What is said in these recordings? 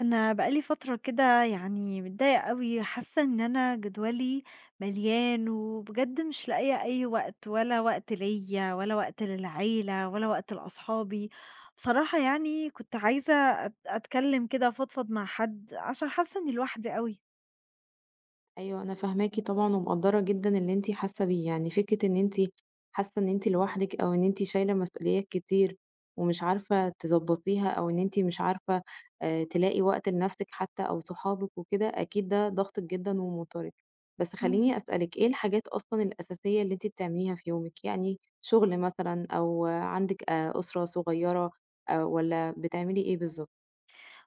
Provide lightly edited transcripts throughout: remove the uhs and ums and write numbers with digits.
انا بقالي فتره كده، يعني متضايقه قوي، حاسه ان انا جدولي مليان، وبجد مش لاقيه اي وقت، ولا وقت ليا، ولا وقت للعيله، ولا وقت لاصحابي. بصراحه يعني كنت عايزه اتكلم كده، فضفض مع حد، عشان حاسه اني لوحدي قوي. أيوه، أنا فاهماكِ طبعًا ومقدّرة جدًا اللي أنتِ حاسة بيه، يعني فكرة إن أنتِ حاسة إن أنتِ لوحدِك أو إن أنتِ شايلة مسؤوليات كتير ومش عارفة تضبّطيها أو إن أنتِ مش عارفة تلاقي وقت لنَفْسِك حتى أو صحابِك وكده، أكيد ده ضاغطِك جدًا وموتّرِك. بس خلّيني أسألِك، إيه الحاجات أصلًا الأساسية اللي أنتِ بتعمليها في يومِك؟ يعني شُغل مثلًا أو عندِك أسرة صغيّرة والّا بتعملي إيه بالضبط؟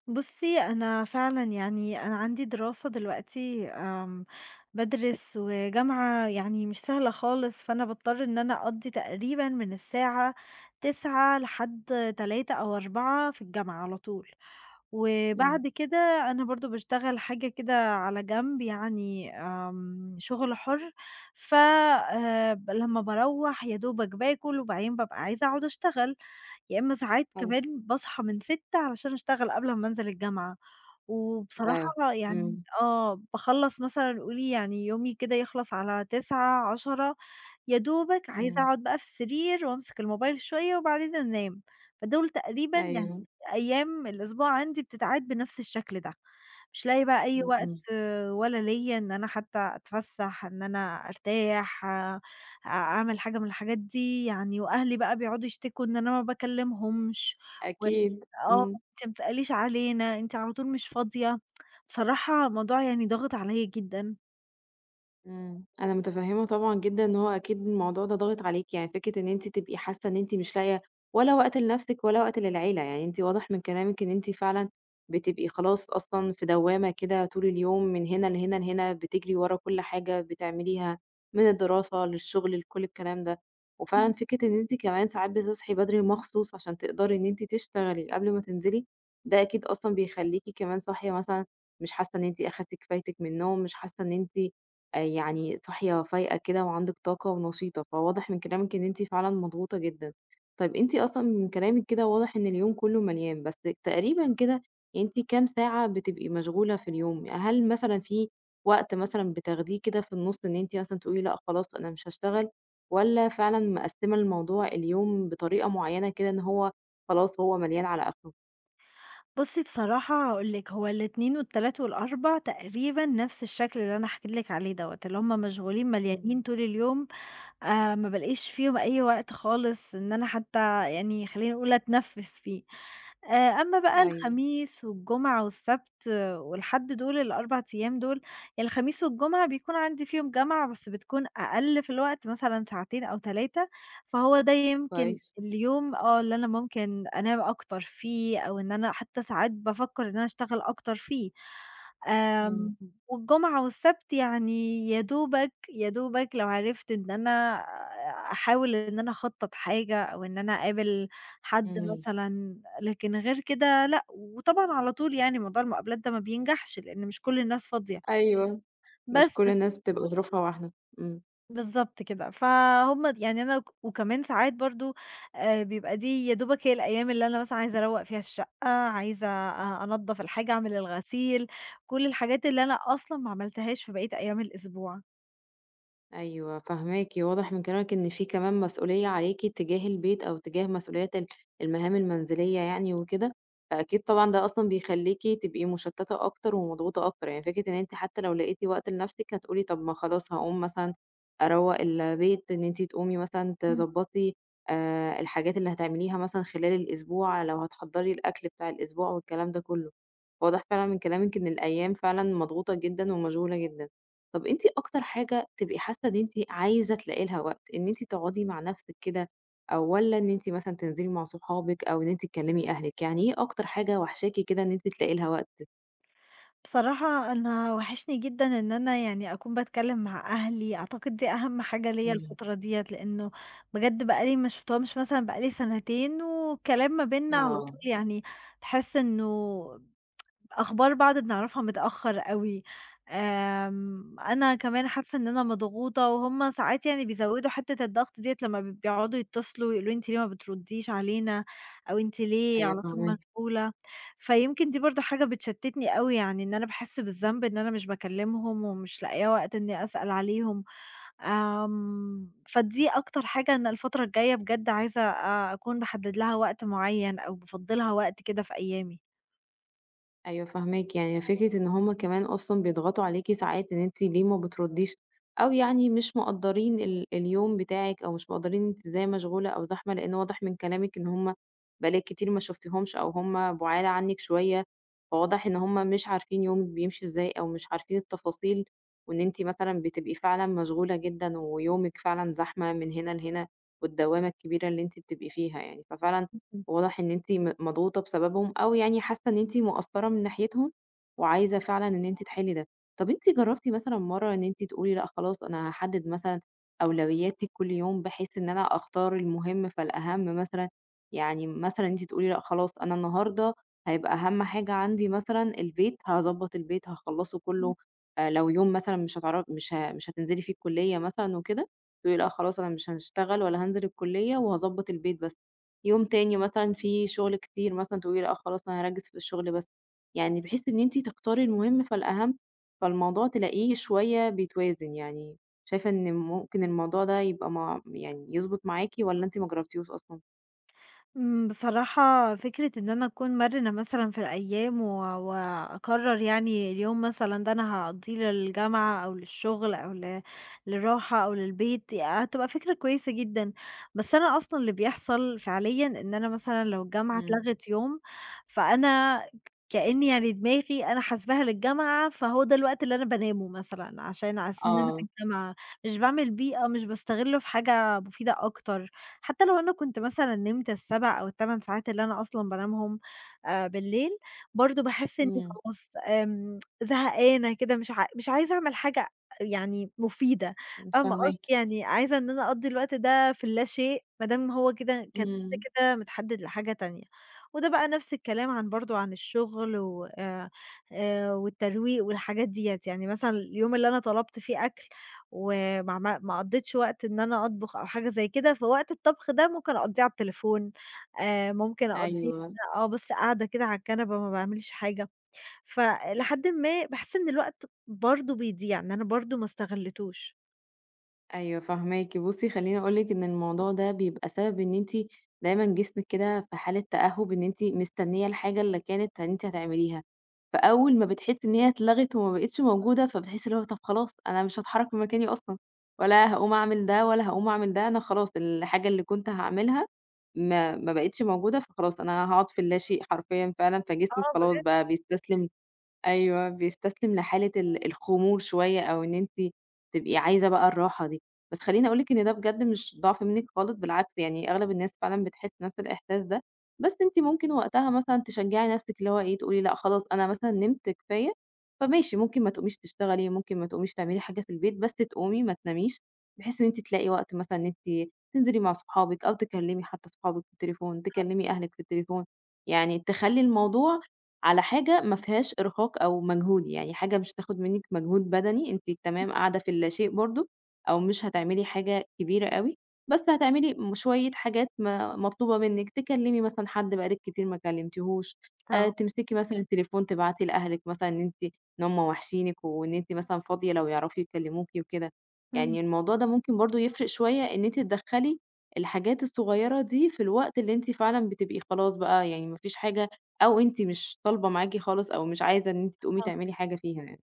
بُصّي، أنا فعلًا يعني أنا عندي دراسة دلوقتي، بادرس وجامعة، يعني مش سهلة خالص، فأنا باضطر إن أنا أقضّي تقريبًا من الساعة 09:00 لحد 15:00 أو 16:00 في الجامعة على طول. إمم، وبعد كده أنا برضه باشتغل حاجة كده على جنب، يعني شغل حُر. ف ب لمّا باروّح يا دوبك باكل، وبعدين بابقى عايزة أقعد أشتغل. يا إمّا ساعات حلو، كمان باصحى من 6:00 علشان أشتغل قبل أمّا أنزل الجامعة. واو! وبصراحة يعني إمم، باخلّص مثلًا، قولي يعني يومي كده يخلص على 21:00، 22:00. يا دوبك عايزة إمم، أقعد بقى في السرير وأمسك الموبايل شوية، وبعدين أنام. فدول تقريبًا يعني أيوه، أيام الأسبوع عندي بتتعاد بنفْس الشكل ده. مش لاقية بقى أي إمم، وقت، إمم. ولا ليّا إن أنا حتى أتفسّح، إن أنا أرتاح، أعمل حاجة من الحاجات دي يعني. وأهلي بقى بيقعدوا يشتكوا إن أنا ما باكلمهمش، و أكيد، إمم. "أنتِ ما بتسأليش علينا، أنتِ على طول مش فاضية." بصراحة الموضوع يعني ضاغط عليّا جدًا. إمم، أنا متفهمة طبعًا جدًا إن هو أكيد الموضوع ده ضاغط عليكِ، يعني فكرة إن أنتِ تبقي حاسة إن أنتِ مش لاقية ولا وقت لنفسِك ولا وقت للعيلة، يعني أنتِ واضح من كلامِك إن أنتِ فعلًا بتبقي خلاص أصلًا في دوامة كده طول اليوم من هنا لهنا لهنا، بتجري ورا كل حاجة بتعمليها، من الدراسة للشغل لكل الكلام ده، إمم. وفعلًا فكرة إن أنتِ كمان ساعات بتصحي بدري مخصوص عشان تقدري إن أنتِ تشتغلي قبل ما تنزلي، ده أكيد أصلًا بيخليكِ كمان صاحية مثلًا مش حاسة إن أنتِ أخدتِ كفايتِك من النوم، مش حاسة إن أنتِ يعني صاحية فايقة كده وعندِك طاقة ونشيطة، فواضح من كلامِك إن أنتِ فعلًا مضغوطة جدًا. طيب أنتِ أصلًا من كلامِك كده واضح إن اليوم كلّه مليان، بس تقريبًا كده أنتِ كام ساعة بتبقي مشغولة في اليوم؟ هل مثلًا في وقت مثلًا بتاخديه كده في النُص إن أنتِ مثلًا تقولي لأ خلاص أنا مش هاشتغل، والّا فعلًا مقسّمة الموضوع اليوم بطريقة معيّنة كده إن هو خلاص هو مليان على آخره؟ بُصّي بصراحة هاقول لِك، هو ال2 وال3 وال4 تقريبًا نفس الشكل اللي أنا حكيت لِك عليه دوّة، اللي هُم مشغولين إمم، مليانين طول اليوم. ما بالاقيش فيهم أي وقت خالص، إن أنا حتى يعني خلّينا نقول أتنفّس فيه. أمّا بقى أيوه الخميس والجمعة والسبت والحد، دول ال4 أيام دول. يعني الخميس والجمعة بيكون عندي فيهم جامعة، بس بتكون أقل في الوقت، مثلًا ساعتين أو 3. فهو ده يمكن كويس، اليوم اللي أنا ممكن أنام أكتر فيه، أو إن أنا حتى ساعات بافكّر إن أنا أشتغل أكتر فيه. إمم. آمم والجمعة والسبت يعني، يا دوبك، يا دوبك لو عرفت إن أنا أحاول إن أنا أخطّط حاجة، أو إن أنا أقابل حد إمم، مثلًا، لكن غير كده لأ. وطبعًا على طول يعني موضوع المقابلات ده ما بينجحش، لإن مش كل الناس فاضية. أيوه، مش بس كل الناس بتبقى ظروفها واحدة، إمم. بالضبط كده، فهُم يعني أنا وكمان ساعات برضه، بيبقى دي يا دوبك هي الأيام اللي أنا مثلًا عايزة أروّق فيها الشقة، عايزة أنضّف الحاجة، أعمل الغسيل، كل الحاجات اللي أنا أصلًا ما عملتهاش في بقية أيام الأسبوع. أيوه فاهماكِ، واضح من كلامِك إن في كمان مسؤولية عليكِ تجاه البيت أو تجاه مسؤوليات المهام المنزلية يعني وكده، فأكيد طبعًا ده أصلًا بيخلّيكِ تبقي مشتتة أكتر ومضغوطة أكتر، يعني فكرة إن أنتِ حتى لو لقيتِ وقت لنفسِك هتقولي طب ما خلاص هاقوم مثلًا أروّق البيت، إن أنتِ تقومي مثلًا تضبّطي الحاجات اللي هتعمليها مثلًا خلال الأسبوع، لو هتحضّري الأكل بتاع الأسبوع والكلام ده كلّه، واضح فعلًا من كلامِك إن الأيام فعلًا مضغوطة جدًا ومشغولة جدًا. طب أنتِ أكتر حاجة تبقي حاسة إن أنتِ عايزة تلاقي لها وقت، إن أنتِ تقعدي مع نفسِك كده، أو والّا إن أنتِ مثلًا تنزلي مع صحابِك، أو إن أنتِ تكلمي أهلِك، يعني إيه أكتر حاجة واحشاكِ كده إن أنتِ تلاقي لها وقت؟ بصراحة أنا وحشني جدًا إن أنا يعني أكون باتكلّم مع أهلي. أعتقد دي أهم حاجة ليّا إمم، الفترة ديّة، لإنه بجد بقى لي ما شُفتهمش، مثلًا بقى لي سنتين، والكلام ما بيننا على آه، طول يعني باحس إنه أخبار بعض بنعرفها متأخّر أوي. أنا كمان حاسّة إن أنا مضغوطة، وهُم ساعات يعني بيزوّدوا حتّة الضغط ديّة، لمّا بيقعدوا يتصلوا ويقولوا لي: أنتِ ليه ما بتردّيش علينا، أو أنتِ ليه أيوه على طول فاهماكِ. مشغولة. فيمكن دي برضه حاجة بتشتّتني أوي، يعني إن أنا باحس بالذنب إن أنا مش باكلّمهم، ومش لاقية وقت إنّي أسأل عليهم. فدي أكتر حاجة أنا الفترة الجاية بجد عايزة أكون باحدّد لها وقت معيّن، أو بافضّلها وقت كده في أيامي. أيوه فاهماكِ، يعني فكرة إن هُم كمان أصلًا بيضغطوا عليكِ ساعات إن أنتِ ليه ما بتردّيش، أو يعني مش مقدّرين اليوم بتاعِك، أو مش مقدّرين أنتِ إزاي مشغولة أو زحمة، لإن واضح من كلامِك إن هُم بقالِك كتير ما شُفتيهمش، أو هُم بُعاد عنِّك شوية، فواضح إن هُم مش عارفين يومِك بيمشي إزاي، أو مش عارفين التفاصيل، وإن أنتِ مثلًا بتبقي فعلًا مشغولة جدًا، ويومِك فعلًا زحمة من هنا لهنا، والدوامة الكبيرة اللي أنتِ بتبقي فيها يعني، ففعلًا واضح إن أنتِ مضغوطة بسببهم، أو يعني حاسة إن أنتِ مقصّرة من ناحيتهم، وعايزة فعلًا إن أنتِ تحلّي ده. طب أنتِ جرّبتِ مثلًا مرّة إن أنتِ تقولي لأ خلاص أنا هاحدد مثلًا أولوياتي كل يوم، بحيث إن أنا أختار المهم فالأهم مثلًا، يعني مثلًا أنتِ تقولي لأ خلاص أنا النهارده هيبقى أهم حاجة عندي مثلًا البيت، هاضبّط البيت هاخلّصه إمم. كلّه، لو يوم مثلًا مش هتعر مش ه مش هتنزلي فيه الكلية مثلًا وكده، تقولي لأ خلاص أنا مش هاشتغل ولا هانزل الكلية وهاضبّط البيت بس. يوم تاني مثلًا فيه شغل كتير مثلًا تقولي لأ خلاص أنا هاركّز في الشغل بس، يعني بحيث إن أنتِ تختاري المهم فالأهم، فالموضوع تلاقيه شوية بيتوازن يعني، شايفة إن ممكن الموضوع ده يبقى مع يعني يضبط معاكِ والّا أنتِ ما جربتيهوش أصلًا؟ بصراحة فكرة إن أنا أكون مرنة مثلًا في الأيام، و وأقرر يعني اليوم مثلًا ده أنا هاقضيه للجامعة، أو للشغل، أو للراحة، أو للبيت، يعني هتبقى فكرة كويسة جدًا. بس أنا أصلًا اللي بيحصل فعليًا إن أنا مثلًا لو الجامعة إمم، اتلغت يوم، فأنا كأني يعني دماغي أنا حاسباها للجامعة، فهو ده الوقت اللي أنا بانامه مثلًا، عشان على أساس إن أنا في آه، الجامعة، مش باعمل بيه، أو مش باستغله في حاجة مفيدة أكتر. حتى لو أنا كنت مثلًا نمت ال7 أو ال8 ساعات اللي أنا أصلًا بانامهم بالليل، برضه باحس إني إمم، خلاص زهقانة كده، مش عايزة أعمل حاجة يعني مفيدة. فاهمة قصدي؟ فاهماكِ، يعني عايزة إن أنا أقضّي الوقت ده في اللاشيء، ما دام هو كده كان كده، إمم، كده متحدد لحاجة تانية. وده بقى نفس الكلام عن، برضه عن الشغل و والترويق والحاجات ديّة، يعني مثلًا اليوم اللي أنا طلبت فيه أكل وما عم ما قضّيتش وقت إن أنا أطبخ أو حاجة زي كده، فوقت الطبخ ده ممكن أقضّيه على التليفون، ممكن أقضّيه أيوه. آه، بس قاعدة كده على الكنبة، ما باعملش حاجة. فلحدٍ ما باحس إن الوقت برضه بيضيع، إن أنا برضه ما استغلّيتوش. أيوه فاهماكِ. بُصّي خلّيني أقول لِك إن الموضوع ده بيبقى سبب إن أنتِ دايمًا جسمِك كده في حالة تأهُّب إن أنتِ مستنية الحاجة اللي كانت إن أنتِ هتعمليها، فأول ما بتحسّي إن هي اتلغت وما بقِتش موجودة، فبتحسّي اللي هو طَب خلاص أنا مش هاتحرّك من مكاني أصلًا، ولا هاقوم أعمل ده ولا هاقوم أعمل ده، أنا خلاص الحاجة اللي كنت هاعملها ما بقِتش موجودة، فخلاص أنا هاقعُد في اللاشيء حرفيًا فعلًا، فجسمِك آه، خلاص بجد. بقى بيستسلم أيوه، بيستسلم لحالة الخمول شوية أو إن أنتِ تبقي عايزة بقى الراحة دي، بس خلّيني أقول لِك إن ده بجد مش ضعف منِّك خالص بالعكس، يعني أغلب الناس فعلًا بتحس نفس الإحساس ده، بس أنتِ ممكن وقتها مثلًا تشجّعي نفسِك اللي هو إيه، تقولي لأ خلاص أنا مثلًا نمت كفاية، فماشي ممكن ما تقوميش تشتغلي، ممكن ما تقوميش تعملي حاجة في البيت، بس تقومي ما تناميش، بحيث إن أنتِ تلاقي وقت مثلًا إن أنتِ تنزلي مع صحابِك أو تكلّمي حتى صحابِك في التليفون، تكلّمي أهلِك في التليفون، يعني تخلّي الموضوع على حاجة ما فيهاش إرهاق أو مجهود، يعني حاجة مش هتاخد منِّك مجهود بدني، أنتِ تمام قاعدة في اللاشيء برضه، أو مش هتعملي حاجة كبيرة أوي، بس هتعملي شوية حاجات مطلوبة منِّك، تكلّمي مثلًا حد بقى لِك كتير ما كلمتيهوش، آه. تمسكي مثلًا التليفون تبعتي لأهلِك مثلًا إن أنتِ إن هُم وحشينِك وإن أنتِ مثلًا فاضية لو يعرفوا يكلموكِ وكده، اهم. يعني الموضوع ده ممكن برضه يفرق شوية إن أنتِ تدخّلي الحاجات الصغيرة دي في الوقت اللي أنتِ فعلًا بتبقي خلاص بقى يعني ما فيش حاجة أو أنتِ مش طالبة معاكِ خالص أو مش عايزة إن أنتِ تقومي آه. تعملي حاجة فيها يعني.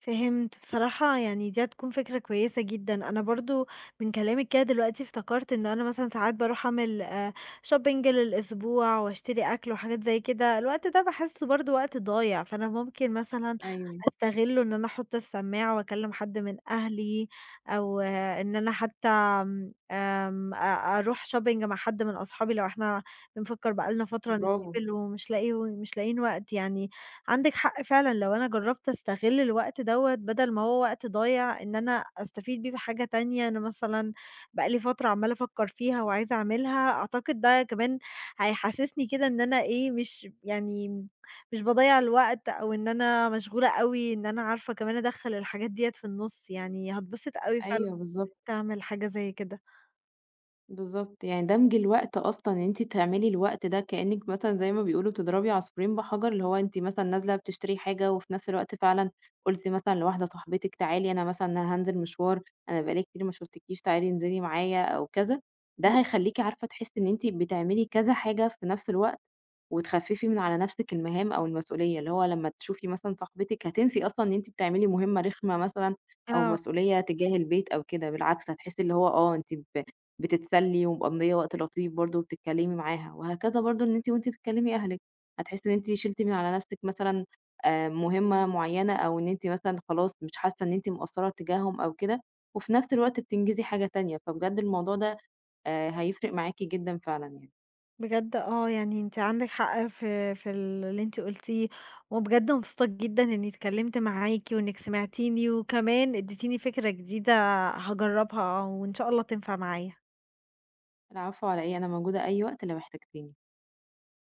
فهمت. بصراحة يعني دي هتكون فكرة كويسة جدًا. أنا برضه من كلامِك كده دلوقتي افتكرت إن أنا مثلًا ساعات باروح أعمل shopping للأسبوع، واشتري أكل وحاجات زي كده، الوقت ده باحسه برضه وقت ضايع، فأنا ممكن مثلًا أيوه، أستغله إن أنا أحط السماعة وأكلم حد من أهلي، أو إن أنا حتى آمم، آمم، أ أروح shopping مع حد من أصحابي، لو إحنا بنفكر بقى لنا فترة برافو. نتقابل ومش لاقي مش لاقيين وقت يعني. عندِك حق فعلًا، لو أنا جرّبت أستغل الوقت دوّة بدل ما هو وقت ضايع، إن أنا أستفيد بيه بحاجة تانية، أنا مثلًا بقى لي فترة عمّالة أفكّر فيها وعايزة أعملها، أعتقد ده كمان هيحسّسني كده إن أنا إيه، مش، يعني مش باضيّع الوقت، أو إن أنا مشغولة أوي، إن أنا عارفة كمان أدخّل الحاجات ديّة في النُص، يعني هاتبسط أوي فعلًا أيوه إن بالضبط، أنت تعمل حاجة زي كده. بالضبط. يعني دمج الوقت أصلًا إن أنتِ تعملي الوقت ده كإنِّك مثلًا زي ما بيقولوا بتضربي عصفورين بحجر، اللي هو أنتِ مثلًا نازلة بتشتري حاجة وفي نفس الوقت فعلًا قُلتِ مثلًا لواحدة صاحبتِك تعالي أنا مثلًا هانزل مشوار، أنا بقى لي كتير ما شُفتكيش تعالي انزلي معايا أو كذا، إمم. ده هيخلّيكِ عارفة تحسّي إن أنتِ بتعملي كذا حاجة في نفس الوقت. وتخففي من على نفسِك المهام أو المسؤولية، اللي هو لمّا تشوفي مثلًا صاحبتِك هتنسي أصلًا إن أنتِ بتعملي مهمة رخمة مثلًا أو آه. مسؤولية تجاه البيت أو كده، بالعكس هتحسي اللي هو آه أنتِ بتتسلي ومقضية وقت لطيف برضه وبتتكلمي معاها، وهكذا برضه إن أنتِ وأنتِ بتكلمي أهلِك، هتحسي إن أنتِ شِلتِ من على نفسِك مثلًا مهمة معينة أو إن أنتِ مثلًا خلاص مش حاسة إن أنتِ مقصرة تجاههم أو كده، وفي نفس الوقت بتنجزي حاجة تانية، فبجد الموضوع ده هيفرق معاكِ جدًا فعلًا يعني. بجد آه، يعني أنتِ عندِك حق في اللي أنتِ قُلتيه، وبجد مبسوطة جدًا إني اتكلمت معاكِ وإنِك سمعتيني، وكمان اديتيني فكرة جديدة هاجربها، وإن شاء الله تنفع معايا. العفو على إيه، أنا موجودة أي وقت لو احتجتيني.